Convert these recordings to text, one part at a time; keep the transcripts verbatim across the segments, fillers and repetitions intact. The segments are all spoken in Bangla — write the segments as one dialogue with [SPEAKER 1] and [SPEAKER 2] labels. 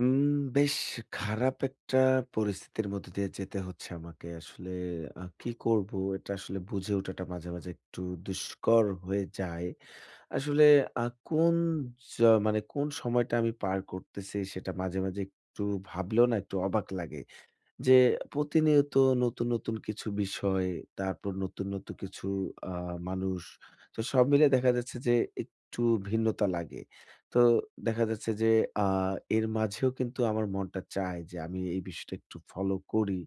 [SPEAKER 1] উম বেশ খারাপ একটা পরিস্থিতির মধ্য দিয়ে যেতে হচ্ছে আমাকে। আসলে আ কি করব? এটা আসলে বুঝে ওঠাটা মাঝে মাঝে একটু দুষ্কর হয়ে যায়। আসলে আ কোন জ মানে কোন সময়টা আমি পার করতেছি সেটা মাঝে মাঝে একটু ভাবলেও না একটু অবাক লাগে। যে প্রতিনিয়ত নতুন নতুন কিছু বিষয়, তারপর নতুন নতুন কিছু আ মানুষ। তো সব মিলে দেখা যাচ্ছে যে একটু ভিন্নতা লাগে। তো দেখা যাচ্ছে যে আ এর মাঝেও কিন্তু আমার মনটা চায় যে আমি এই বিষয়টা একটু ফলো করি।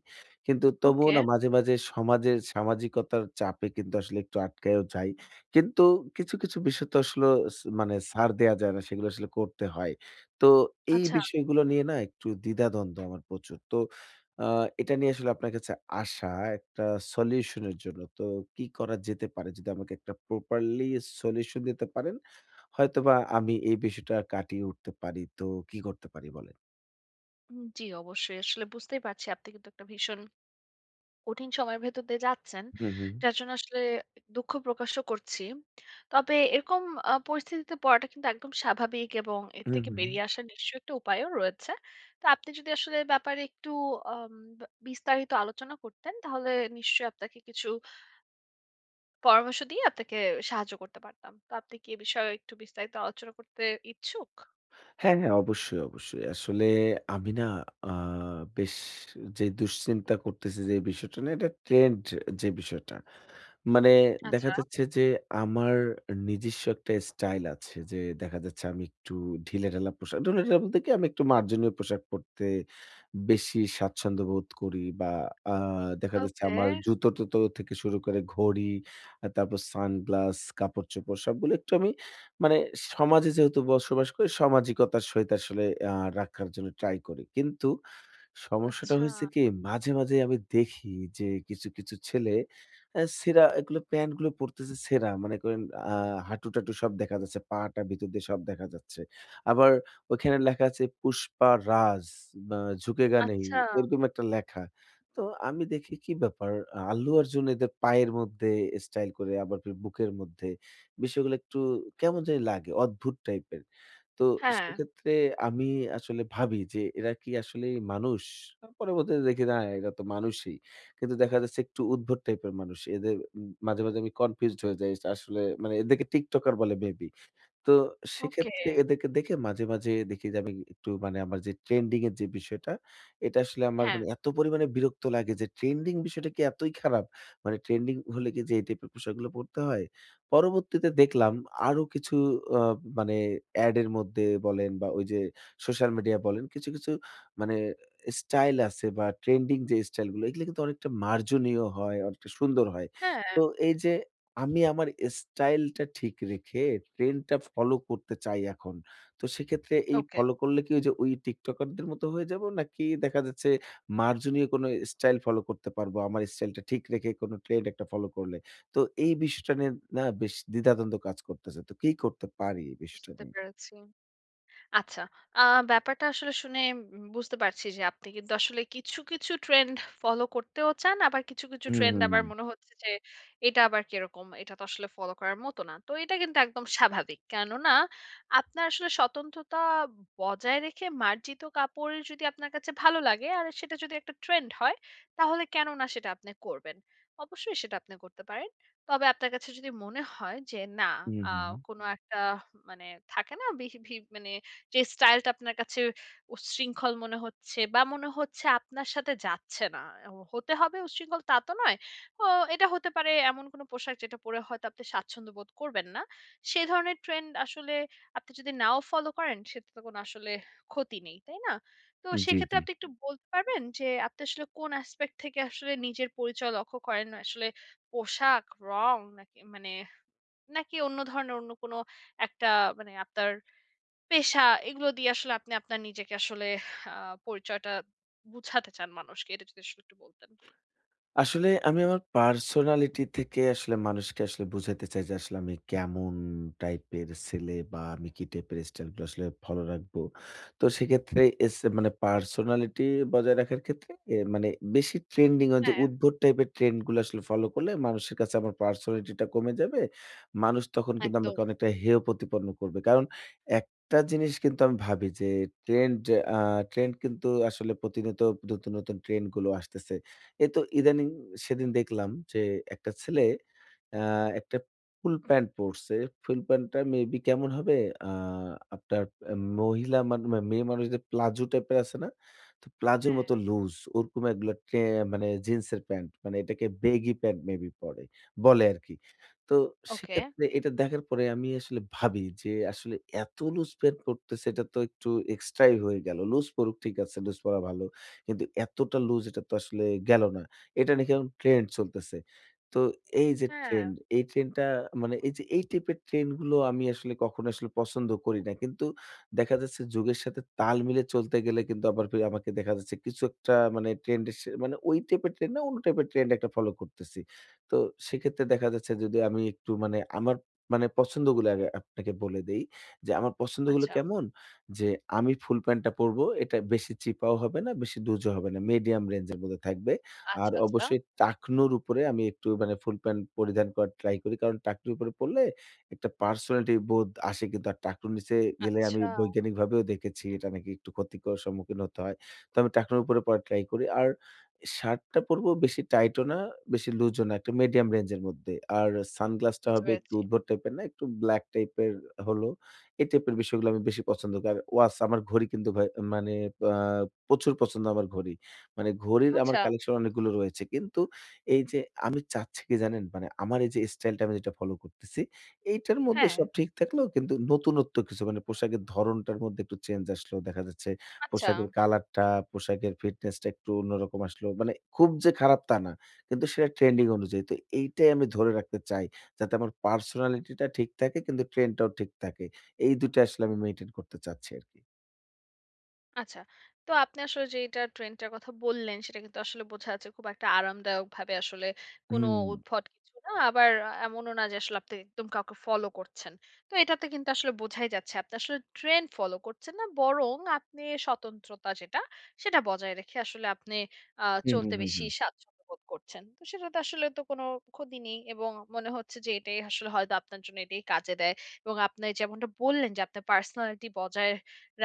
[SPEAKER 1] কিন্তু তবুও
[SPEAKER 2] ওকে।
[SPEAKER 1] না মাঝে মাঝে সমাজের সামাজিকতার চাপে কিন্তু আসলে একটু আটকায়ও যাই। কিন্তু কিছু কিছু বিষয় তো আসলে স মানে ছাড় দেয়া যায় না। সেগুলো আসলে করতে হয়। তো এই
[SPEAKER 2] আচ্ছা,
[SPEAKER 1] বিষয়গুলো নিয়ে না একটু দ্বিধাদ্বন্দ্ব আমার প্রচুর। তো আ এটা নিয়ে আসলে আপনার কাছে আসা একটা সলিউশন এর জন্য। তো কি করা যেতে পারে? যদি আমাকে একটা প্রপারলি সলিউশন দিতে পারেন, হয়তোবা আমি এই বিষয়টা কাটিয়ে উঠতে পারি। তো কি করতে পারি বলেন?
[SPEAKER 2] উম জি, অবশ্যই। আসলে বুঝতেই পারছি আপনি কিন্তু একটা ভীষণ কঠিন সময়ের ভেতর দিয়ে যাচ্ছেন।
[SPEAKER 1] হুম, হুম।
[SPEAKER 2] যার জন্য আসলে দুঃখ প্রকাশও করছি। তবে এরকম আ পরিস্থিতিতে পড়াটা কিন্তু একদম স্বাভাবিক এবং এর
[SPEAKER 1] হুম,
[SPEAKER 2] থেকে
[SPEAKER 1] হুম। হুম।
[SPEAKER 2] বেরিয়ে আসার নিশ্চয়ই একটা উপায়ও রয়েছে। তো আপনি যদি আসলে এ ব্যাপারে একটু আম বা বিস্তারিত আলোচনা করতেন, তাহলে নিশ্চয়ই আপনাকে কিছু পরামর্শ দিয়ে আপনাকে সাহায্য করতে পারতাম। তো আপনি কি এ বিষয়ে একটু বিস্তারিত আলোচনা করতে ইচ্ছুক?
[SPEAKER 1] হ্যাঁ, হ্যাঁ। অবশ্যই, অবশ্যই। আসলে আমি না আ বেশ যে দুশ্চিন্তা করতেছি যে বিষয়টা নিয়ে, এটা ট্রেন্ড যে বিষয়টা। মানে
[SPEAKER 2] আচ্ছা।
[SPEAKER 1] দেখা যাচ্ছে যে আমার নিজস্ব একটা স্টাইল আছে যে দেখা যাচ্ছে আমি একটু ঢিলেঢালা পোশাক, ঢিলেঢালা বলতে কি আমি একটু মার্জনীয় পোশাক পরতে বেশি স্বাচ্ছন্দ্য বোধ করি। বা আহ, দেখা যাচ্ছে
[SPEAKER 2] ওকে।
[SPEAKER 1] আমার জুতো টুতো থেকে শুরু করে ঘড়ি আর তারপর সানগ্লাস কাপড় চোপড় সবগুলো একটু আমি মানে সমাজে যেহেতু বসবাস করি সামাজিকতার সহিত আসলে আহ, রাখার জন্য ট্রাই করি। কিন্তু সমস্যাটা
[SPEAKER 2] আচ্ছা,
[SPEAKER 1] হয়েছে কি? মাঝে মাঝে আমি দেখি যে কিছু কিছু ছেলে অ্যা ছেঁড়া এগুলো প্যান্ট গুলো পরতেছে ছেঁড়া। মনে করেন আ হাঁটু-টাটু সব দেখা যাচ্ছে। পা-টা ভিতর দিয়ে সব দেখা যাচ্ছে। আবার ওইখানে লেখা আছে 'পুষ্পা রাজ' বা 'ঝুকেগা নেহি'
[SPEAKER 2] আচ্ছা।
[SPEAKER 1] এরকম একটা লেখা। তো আমি দেখি কি ব্যাপার? আল্লু অর্জুন এদের পায়ের মধ্যে স্টাইল করে আবার ফির বুকের মধ্যে। বিষয়গুলো একটু কেমন জানি লাগে অদ্ভুত টাইপের। তো
[SPEAKER 2] হ্যাঁ,
[SPEAKER 1] সেক্ষেত্রে আমি আসলে ভাবি যে এরা কি আসলেই মানুষ? পরবর্তীতে দেখি না এরা তো মানুষই। কিন্তু দেখা যাচ্ছে একটু উদ্ভট টাইপের মানুষ। এদের উম মাঝে মাঝে আমি কনফিউজড হয়ে যাই। আসলে মানে এদেরকে টিকটকার বলে মেবি। তো
[SPEAKER 2] ওকে।
[SPEAKER 1] সেক্ষেত্রে এদেরকে দেখে মাঝে মাঝে দেখি যে আমি একটু মানে আমার যে ট্রেন্ডিং এর যে বিষয়টা, এটা আসলে আমার
[SPEAKER 2] হ্যাঁ,
[SPEAKER 1] মানে এত পরিমাণে বিরক্ত লাগে যে ট্রেন্ডিং বিষয়টা কি এতই খারাপ? মানে ট্রেন্ডিং হলে কি যে এই টাইপের পোশাকগুলো পড়তে হয়? পরবর্তীতে দেখলাম আরো কিছু আ মানে এড এর মধ্যে বলেন বা ওই যে সোশ্যাল মিডিয়া বলেন কিছু কিছু মানে স্টাইল আছে বা ট্রেন্ডিং যে স্টাইলগুলো এগুলো কিন্তু অনেকটা মার্জনীয় হয়, অনেকটা সুন্দর হয়।
[SPEAKER 2] হ্যাঁ,
[SPEAKER 1] তো এই যে আমি আমার স্টাইলটা ঠিক রেখে ট্রেন্ডটা ফলো করতে চাই এখন। তো সেক্ষেত্রে এই
[SPEAKER 2] ওকে,
[SPEAKER 1] ফলো করলে কি ওই যে ওই টিকটকারদের মতো হয়ে যাবো? নাকি দেখা যাচ্ছে মার্জনীয় কোনো স্টাইল ফলো করতে পারবো, আমার স্টাইলটা ঠিক রেখে কোনো ট্রেন্ড একটা ফলো করলে? তো এই বিষয়টা নিয়ে না বেশ দ্বিধাদ্বন্দ্ব কাজ করতেছে। তো কি করতে পারি এই বিষয়টা
[SPEAKER 2] বুঝতে
[SPEAKER 1] নিয়ে?
[SPEAKER 2] পেরেছি। আচ্ছা। আ ব্যাপারটা আসলে শুনে উম বুঝতে পারছি যে আপনি কিন্তু আসলে কিছু, কিছু ট্রেন্ড ফলো করতেও চান। আবার কিছু, কিছু
[SPEAKER 1] হুম,
[SPEAKER 2] ট্রেন্ড
[SPEAKER 1] হুম,
[SPEAKER 2] আবার
[SPEAKER 1] হুম।
[SPEAKER 2] মনে হচ্ছে যে এটা আবার কিরকম? এটা তো আসলে ফলো করার মতো না। তো এটা কিন্তু একদম স্বাভাবিক। কেননা আপনার আসলে স্বতন্ত্রতা বজায় রেখে মার্জিত কাপড় যদি আপনার কাছে ভালো লাগে আর সেটা যদি একটা ট্রেন্ড হয় তাহলে কেন না সেটা আপনি করবেন। অবশ্যই সেটা আপনি করতে পারেন। তবে আপনার কাছে যদি মনে হয় যে না
[SPEAKER 1] হুম,
[SPEAKER 2] আ
[SPEAKER 1] হুম, হুম।
[SPEAKER 2] কোনো একটা মানে থাকে না বিহি ভি মানে যে স্টাইলটা আপনার কাছে উচ্ছৃঙ্খল মনে হচ্ছে বা মনে হচ্ছে আপনার সাথে যাচ্ছে না। অ হতে হবে উচ্ছৃঙ্খল তা তো নয়। অ এটা হতে পারে এমন কোনো পোশাক যেটা পরে হয়তো আপনি স্বাচ্ছন্দ্য বোধ করবেন না। সেই ধরনের ট্রেন্ড আসলে আপনি যদি নাও ফলো করেন সেটা তো কোনো আসলে ক্ষতি নেই, তাই না? তো
[SPEAKER 1] জি,
[SPEAKER 2] সেক্ষেত্রে
[SPEAKER 1] জি।
[SPEAKER 2] আপনি একটু বলতে পারবেন যে আপনি আসলে কোন অ্যাসপেক্ট থেকে আসলে নিজের পরিচয় লক্ষ্য করেন? আসলে পোশাক, রং নাকি মানে নাকি অন্য ধরনের অন্য কোনো একটা মানে আপনার পেশা এগুলো দিয়ে আসলে আপনি আপনার নিজেকে আসলে আ পরিচয়টা বুঝাতে চান মানুষকে। এটা যদি আসলে একটু বলতেন।
[SPEAKER 1] আসলে আমি আমার পার্সোনালিটি থেকে আসলে মানুষকে আসলে বুঝাতে চাই যে আসলে আমি কেমন টাইপের ছেলে বা আমি কি টাইপের স্টাইলগুলো আসলে ফলো রাখবো। তো সেক্ষেত্রে এস মানে পার্সোনালিটি বজায় রাখার ক্ষেত্রে এ মানে বেশি ট্রেন্ডিং হয় যে
[SPEAKER 2] হ্যাঁ,
[SPEAKER 1] উদ্ভট টাইপের ট্রেন্ডগুলো আসলে ফলো করলে মানুষের কাছে আমার পার্সোনালিটিটা কমে যাবে। মানুষ তখন কিন্তু
[SPEAKER 2] একদম।
[SPEAKER 1] আমাকে অনেকটা হেয় প্রতিপন্ন করবে। কারণ একটা জিনিস কিন্তু আমি ভাবি যে ট্রেন্ড আ ট্রেন্ড কিন্তু আসলে প্রতিনিয়ত নতুন নতুন ট্রেন্ডগুলো আসতেছে। এই তো ইদানিং সেদিন দেখলাম যে একটা ছেলে, আ একটা ফুল প্যান্ট পড়ছে। ফুল প্যান্টটা মেবি কেমন হবে? আ আপনার আ মহিলা মান মে মেয়ে মানুষদের প্লাজো টাইপের আছে না? তো প্লাজোর
[SPEAKER 2] হ্যাঁ,
[SPEAKER 1] মতো লুজ ওরকম এগুলা ট্রে মানে জিন্সের প্যান্ট। মানে এটাকে বেগি প্যান্ট মেবি পড়ে বলে আরকি। তো
[SPEAKER 2] ওকে।
[SPEAKER 1] সেক্ষেত্রে এটা দেখার পরে আমি আসলে ভাবি যে আসলে এত লুজ প্যান্ট পড়তেছে এটা তো একটু এক্সট্রাই হয়ে গেল। লুজ পড়ুক ঠিক আছে, লুজ পড়া ভালো। কিন্তু এতটা লুজ এটা তো আসলে গেল না। এটা নাকি এখন ট্রেন্ড চলতেছে। তো এই যে
[SPEAKER 2] হ্যাঁ,
[SPEAKER 1] ট্রেন্ড, এই ট্রেন্ডটা মানে এই যে এই টাইপের ট্রেন্ড গুলো আমি আসলে কখনো আসলে পছন্দ করি না। কিন্তু দেখা যাচ্ছে যুগের সাথে তাল মিলে চলতে গেলে কিন্তু আবার ফির আমাকে দেখা যাচ্ছে কিছু একটা মানে ট্রেন্ড এর সে মানে ওই টাইপের ট্রেন্ড না, অন্য টাইপের ট্রেন্ড একটা ফলো করতেছি। তো সেক্ষেত্রে দেখা যাচ্ছে যদি আমি একটু মানে আমার মানে পছন্দগুলো আগে আপনাকে বলে দেই। যে আমার পছন্দগুলো
[SPEAKER 2] আচ্ছা,
[SPEAKER 1] কেমন? যে আমি ফুল প্যান্টটা পরবো। এটা বেশি চিপাও হবে না, বেশি লুজও হবে না। মিডিয়াম রেঞ্জ এর মধ্যে থাকবে। আর
[SPEAKER 2] আচ্ছা, আচ্ছা,
[SPEAKER 1] অবশ্যই টাকনুর উপরে আমি একটু মানে ফুল প্যান্ট পরিধান করার ট্রাই করি। কারণ টাকনুর উপরে পড়লে একটা পার্সোনালিটি বোধ আসে কিন্তু। আর টাকনুর নিচে গেলে আমি
[SPEAKER 2] আচ্ছা,
[SPEAKER 1] বৈজ্ঞানিকভাবেও দেখেছি এটা নাকি একটু ক্ষতিকর সম্মুখীন হতে হয়। তো আমি টাকনুর উপরে পরার ট্রাই করি। আর শার্টটা পরবো বেশি টাইটও না, বেশি লুজও না। একটা মিডিয়াম রেঞ্জের মধ্যে। আর সানগ্লাসটা
[SPEAKER 2] বুঝতে
[SPEAKER 1] হবে একটু
[SPEAKER 2] পেরেছি।
[SPEAKER 1] উদ্ভট টাইপের না, একটু ব্লাক টাইপের হলো। এই টাইপের বিষয়গুলো আমি বেশি পছন্দ করি। আর ওয়াচ আমার ঘড়ি কিন্তু ভাই মানে আ প্রচুর পছন্দ আমার ঘড়ি। মানে ঘড়ির আমার
[SPEAKER 2] আচ্ছা,
[SPEAKER 1] কালেকশন অনেকগুলো রয়েছে। কিন্তু এই যে আমি চাচ্ছি কি জানেন? মানে আমার এই যে স্টাইলটা আমি যেটা ফলো করতেছি, এইটার মধ্যে
[SPEAKER 2] হ্যাঁ,
[SPEAKER 1] সব ঠিক থাকলেও কিন্তু নতুনত্ব কিছু মানে পোশাকের ধরনটার মধ্যে একটু চেঞ্জ আসলো। দেখা যাচ্ছে
[SPEAKER 2] আচ্ছা।
[SPEAKER 1] পোশাকের কালারটা, পোশাকের ফিটনেসটা একটু অন্যরকম আসলো। মানে খুব যে খারাপ তা না। কিন্তু সেটা ট্রেন্ডিং অনুযায়ী। তো এইটাই আমি ধরে রাখতে চাই। যাতে আমার পার্সোনালিটিটা ঠিক থাকে কিন্তু ট্রেন্ডটাও ঠিক থাকে। এই দুই টা আসলে আমি মেইনটেইন করতে চাচ্ছি আরকি।
[SPEAKER 2] আচ্ছা। তো আপনি আসলে যে এটা ট্রেনটার কথা বললেন, সেটা কিন্তু আসলে বোঝা যাচ্ছে খুব একটা আরামদায়কভাবে আসলে কোনো
[SPEAKER 1] হুম।
[SPEAKER 2] উদ্ভট কিছু না। আবার এমনও না যে আসলে আপনি একদম কাউকে ফলো করছেন। তো এটাতে কিন্তু আসলে বোঝাই যাচ্ছে আপনি আসলে ট্রেন্ড ফলো করছেন না, বরং আপনি স্বতন্ত্রতা যেটা, সেটা বজায় রেখে আসলে আপনি আ
[SPEAKER 1] হু, হু,
[SPEAKER 2] চলতে
[SPEAKER 1] হু, হু।
[SPEAKER 2] বেশি স্বাচ্ছন্দ্য বোধ করছেন। তো সেটাতে আসলে তো কোনো ক্ষতি নেই এবং মনে হচ্ছে যে এটাই আসলে হয়তো আপনার জন্য এটাই কাজে দেয় এবং আপনি যেমনটা বললেন যে আপনার পার্সোনালিটি বজায়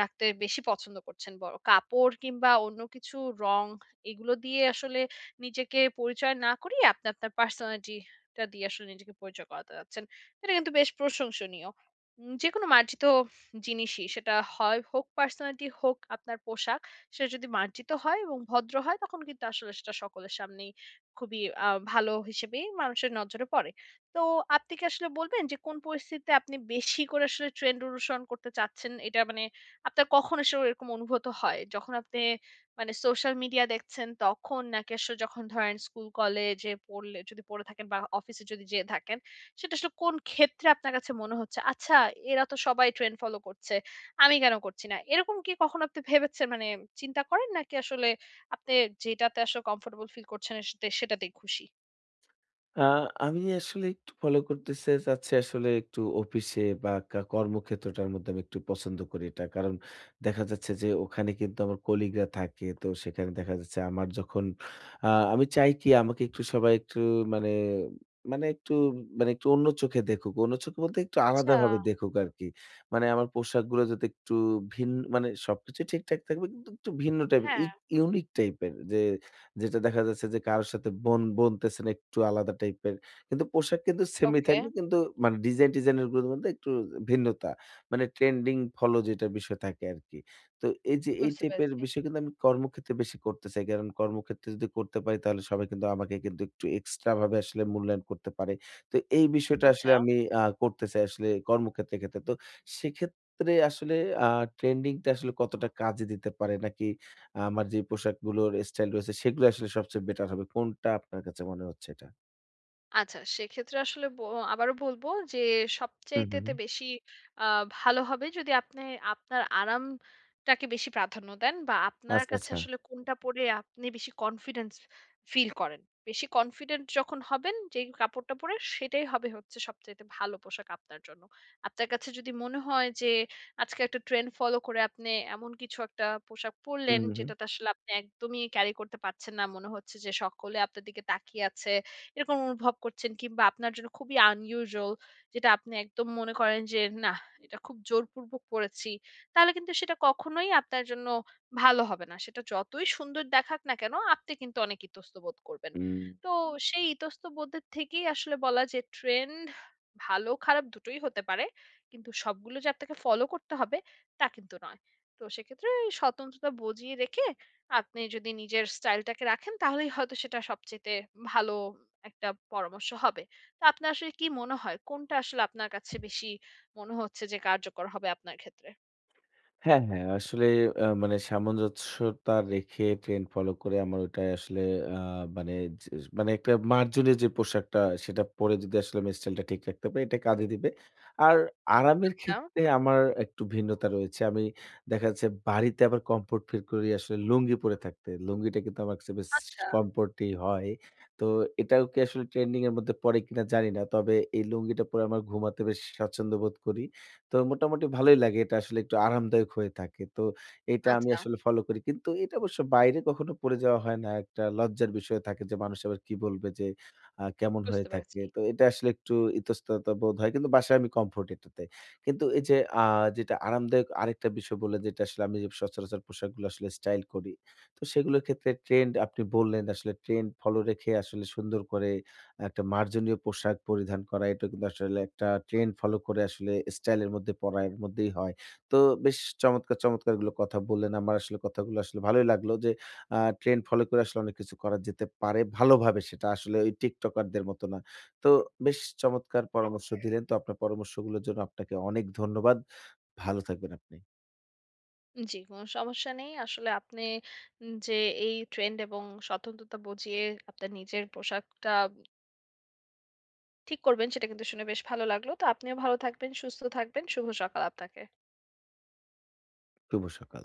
[SPEAKER 2] রাখতে বেশি পছন্দ করছেন বড়। কাপড় কিংবা অন্য কিছু রং এগুলো দিয়ে আসলে নিজেকে পরিচয় না করিয়ে আপনি আপনার পার্সোনালিটি টা দিয়ে আসলে নিজেকে পরিচয় করাতে যাচ্ছেন। এটা কিন্তু বেশ প্রশংসনীয়। উম যেকোনো মার্জিত জিনিসই সেটা হয় হোক পার্সোনালিটি হোক আপনার পোশাক, সেটা যদি মার্জিত হয় এবং ভদ্র হয় তখন কিন্তু আসলে সেটা সকলের সামনেই খুবই আ ভালো হিসেবেই মানুষের নজরে পড়ে। তো আপনি কি আসলে বলবেন যে কোন পরিস্থিতিতে আপনি বেশি করে আসলে ট্রেন্ড অনুসরণ করতে চাচ্ছেন? এটা মানে আপনার কখন আসলে এরকম অনুভূত হয়? যখন আপনি মানে সোশ্যাল মিডিয়া দেখছেন তখন? নাকি আসলে যখন ধরেন স্কুল কলেজে পড়লে যদি পড়ে থাকেন বা অফিসে যদি যেয়ে থাকেন, সেটা আসলে কোন ক্ষেত্রে আপনার কাছে মনে হচ্ছে, "আচ্ছা এরা তো সবাই ট্রেন্ড ফলো করছে, আমি কেন করছি না?" এরকম কি কখনো আপনি ভেবেছেন? মানে চিন্তা করেন নাকি আসলে আপনি যেটাতে আসলে কমফোর্টেবল ফিল করছেন সে সেটাতেই খুশি?
[SPEAKER 1] আ আমি আসলে একটু ফলো করতেছে চাচ্ছি আসলে একটু অফিসে বা কা কর্মক্ষেত্রটার মধ্যে আমি একটু পছন্দ করি এটা। কারণ দেখা যাচ্ছে যে ওখানে কিন্তু আমার কলিগরা থাকে। তো সেখানে দেখা যাচ্ছে আমার যখন আ আমি চাই কি আমাকে একটু সবাই একটু মানে মানে একটু মানে একটু অন্য চোখে দেখুক। অন্য চোখে বলতে একটু
[SPEAKER 2] আচ্ছা,
[SPEAKER 1] আলাদাভাবে দেখুক আরকি। মানে আমার পোশাকগুলো যাতে একটু ভিন্ন মানে সবকিছু ঠিকঠাক থাকবে কিন্তু একটু ভিন্ন টাইপের ই
[SPEAKER 2] হ্যাঁ,
[SPEAKER 1] ইউনিক টাইপের যে যেটা দেখা যাচ্ছে যে কারো সাথে বন বনতেছেন একটু আলাদা টাইপের। কিন্তু পোশাক কিন্তু সেমই
[SPEAKER 2] ওকে,
[SPEAKER 1] থাকবে কিন্তু মানে ডিজাইন টিজাইনের গুলোর মধ্যে একটু ভিন্নতা। মানে ট্রেন্ডিং ফলো যেটা বিষয় থাকে আরকি। তো এই যে এই
[SPEAKER 2] বুঝতে
[SPEAKER 1] টাইপের
[SPEAKER 2] পেরেছি।
[SPEAKER 1] বিষয় কিন্তু আমি কর্মক্ষেত্রে বেশি করতে চাই। কারণ কর্মক্ষেত্রে যদি করতে পারি তাহলে সবাই কিন্তু আমাকে কিন্তু একটু এক্সট্রা ভাবে আসলে মূল্যায়ন করতে পারে। তো এই বিষয়টা
[SPEAKER 2] আচ্ছা।
[SPEAKER 1] আসলে আমি আ করতে চাই আসলে কর্মক্ষেত্রের ক্ষেত্রে। তো সেক্ষেত্রে আসলে আ ট্রেন্ডিং টা আসলে কতটা কাজে দিতে পারে? নাকি আমার যে পোশাকগুলোর স্টাইল রয়েছে সেগুলো আসলে সবচেয়ে বেটার হবে। কোনটা আপনার কাছে মনে হচ্ছে এটা?
[SPEAKER 2] আচ্ছা, সেক্ষেত্রে আসলে ব আবারও বলব যে
[SPEAKER 1] হু, হু।
[SPEAKER 2] সবচাইতেতে বেশি আ ভালো হবে যদি আপনি আপনার আরামটাকে বেশি প্রাধান্য দেন বা আপনার
[SPEAKER 1] আচ্ছা,
[SPEAKER 2] কাছে
[SPEAKER 1] আচ্ছা।
[SPEAKER 2] আসলে কোনটা পড়ে আপনি বেশি কনফিডেন্স ফিল করেন। বেশি কনফিডেন্ট যখন হবেন যেই কাপড়টা পরে সেটাই হবে হচ্ছে সবচাইতে ভালো পোশাক আপনার জন্য। আপনার কাছে যদি মনে হয় যে আজকে একটা ট্রেন্ড ফলো করে আপনি এমন কিছু একটা পোশাক
[SPEAKER 1] হু,
[SPEAKER 2] পরলেন
[SPEAKER 1] হু, হু।
[SPEAKER 2] যেটাতে আসলে আপনি একদমই ক্যারি করতে পারছেন না। মনে হচ্ছে যে সকলে আপনার দিকে তাকিয়ে আছে। এরকম অনুভব করছেন কিংবা আপনার জন্য খুবই আনইউজুয়াল যেটা আপনি একদম মনে করেন যে না এটা খুব জোরপূর্বক পড়েছি, তাহলে কিন্তু সেটা কখনোই আপনার জন্য ভালো হবে না, সেটা যতই সুন্দর দেখাক না কেন আপনি কিন্তু অনেক ইতস্ত বোধ করবেন।
[SPEAKER 1] হুম।
[SPEAKER 2] তো সেই ইতস্ত বোধের থেকেই আসলে বলা যে ট্রেন্ড ভালো খারাপ দুটোই হতে পারে, কিন্তু সবগুলো যে আপনাকে ফলো করতে হবে তা কিন্তু নয়। তো সেক্ষেত্রে এই স্বতন্ত্রতা বজিয়ে রেখে আপনি যদি নিজের স্টাইলটাকে রাখেন তাহলেই হয়তো সেটা সবচেয়ে ভালো একটা পরামর্শ হবে। তো আপনার আসলে কি মনে হয় কোনটা আসলে আপনার কাছে বেশি মনে হচ্ছে যে কার্যকর হবে আপনার ক্ষেত্রে?
[SPEAKER 1] হ্যাঁ, হ্যাঁ। আসলে আ মানে সামঞ্জস্যতা রেখে ট্রেন্ড ফলো করে আমার ওটাই আসলে আ মানে যে মানে একটা মার্জনীয় যে পোশাকটা সেটা পরে যদি আসলে আমি স্টাইলটা ঠিক রাখতে পারি এটা কাজে দিবে। আর আরামের
[SPEAKER 2] আচ্ছা,
[SPEAKER 1] ক্ষেত্রে আমার একটু ভিন্নতা রয়েছে। আমি দেখা যাচ্ছে বাড়িতে আবার কমফোর্ট ফিল করি আসলে লুঙ্গি পরে থাকতে। লুঙ্গিটা কিন্তু আমার কাছে বেশ
[SPEAKER 2] আচ্ছা,
[SPEAKER 1] কমফোর্টি হয়। তো এটাও কি আসলে ট্রেন্ডিং এর মধ্যে পড়ে কিনা জানি না। তবে এই লুঙ্গিটা পরে আমার ঘুমাতে বেশ স্বাচ্ছন্দ্য বোধ করি। তো মোটামুটি ভালোই লাগে। এটা আসলে একটু আরামদায়ক হয়ে থাকে। তো এটা আমি
[SPEAKER 2] আচ্ছা।
[SPEAKER 1] আসলে ফলো করি। কিন্তু এটা অবশ্য বাইরে কখনো পড়ে যাওয়া হয় না। একটা লজ্জার বিষয় থাকে যে মানুষ আবার কি বলবে যে আ কেমন হয়ে
[SPEAKER 2] বুঝতে পেরেছি।
[SPEAKER 1] থাকে। তো এটা আসলে একটু ইতস্তত বোধ হয়। কিন্তু বাসায় আমি কমফোর্ট এটাতে। কিন্তু এই যে আ যেটা আরামদায়ক আরেকটা বিষয় বললেন যেটা আসলে আমি যে সচরাচর পোশাকগুলো আসলে স্টাইল করি। তো সেগুলোর ক্ষেত্রে ট্রেন্ড আপনি বললেন আসলে ট্রেন্ড ফলো রেখে আসলে সুন্দর করে একটা মার্জনীয় পোশাক পরিধান করা এটা কিন্তু আসলে একটা ট্রেন্ড ফলো করে আসলে স্টাইলের মধ্যে পড়ার মধ্যেই হয়। তো বেশ চমৎকার, চমৎকার এগুলো কথা বললেন। আমার আসলে কথাগুলো আসলে ভালোই লাগলো যে আ ট্রেন্ড ফলো করে আসলে অনেক কিছু করা যেতে পারে ভালোভাবে সেটা আসলে ওই টিকটকারদের মতো না। তো বেশ চমৎকার পরামর্শ দিলেন। তো আপনার পরামর্শগুলোর জন্য আপনাকে অনেক ধন্যবাদ। ভালো থাকবেন আপনি।
[SPEAKER 2] জি, কোন সমস্যা নেই। আসলে আপনি যে এই ট্রেন্ড এবং স্বতন্ত্রতা বুঝিয়ে আপনার নিজের পোশাকটা ঠিক করবেন সেটা কিন্তু শুনে বেশ ভালো লাগলো। তো আপনিও ভালো থাকবেন, সুস্থ থাকবেন। শুভ সকাল আপনাকে।
[SPEAKER 1] শুভ সকাল।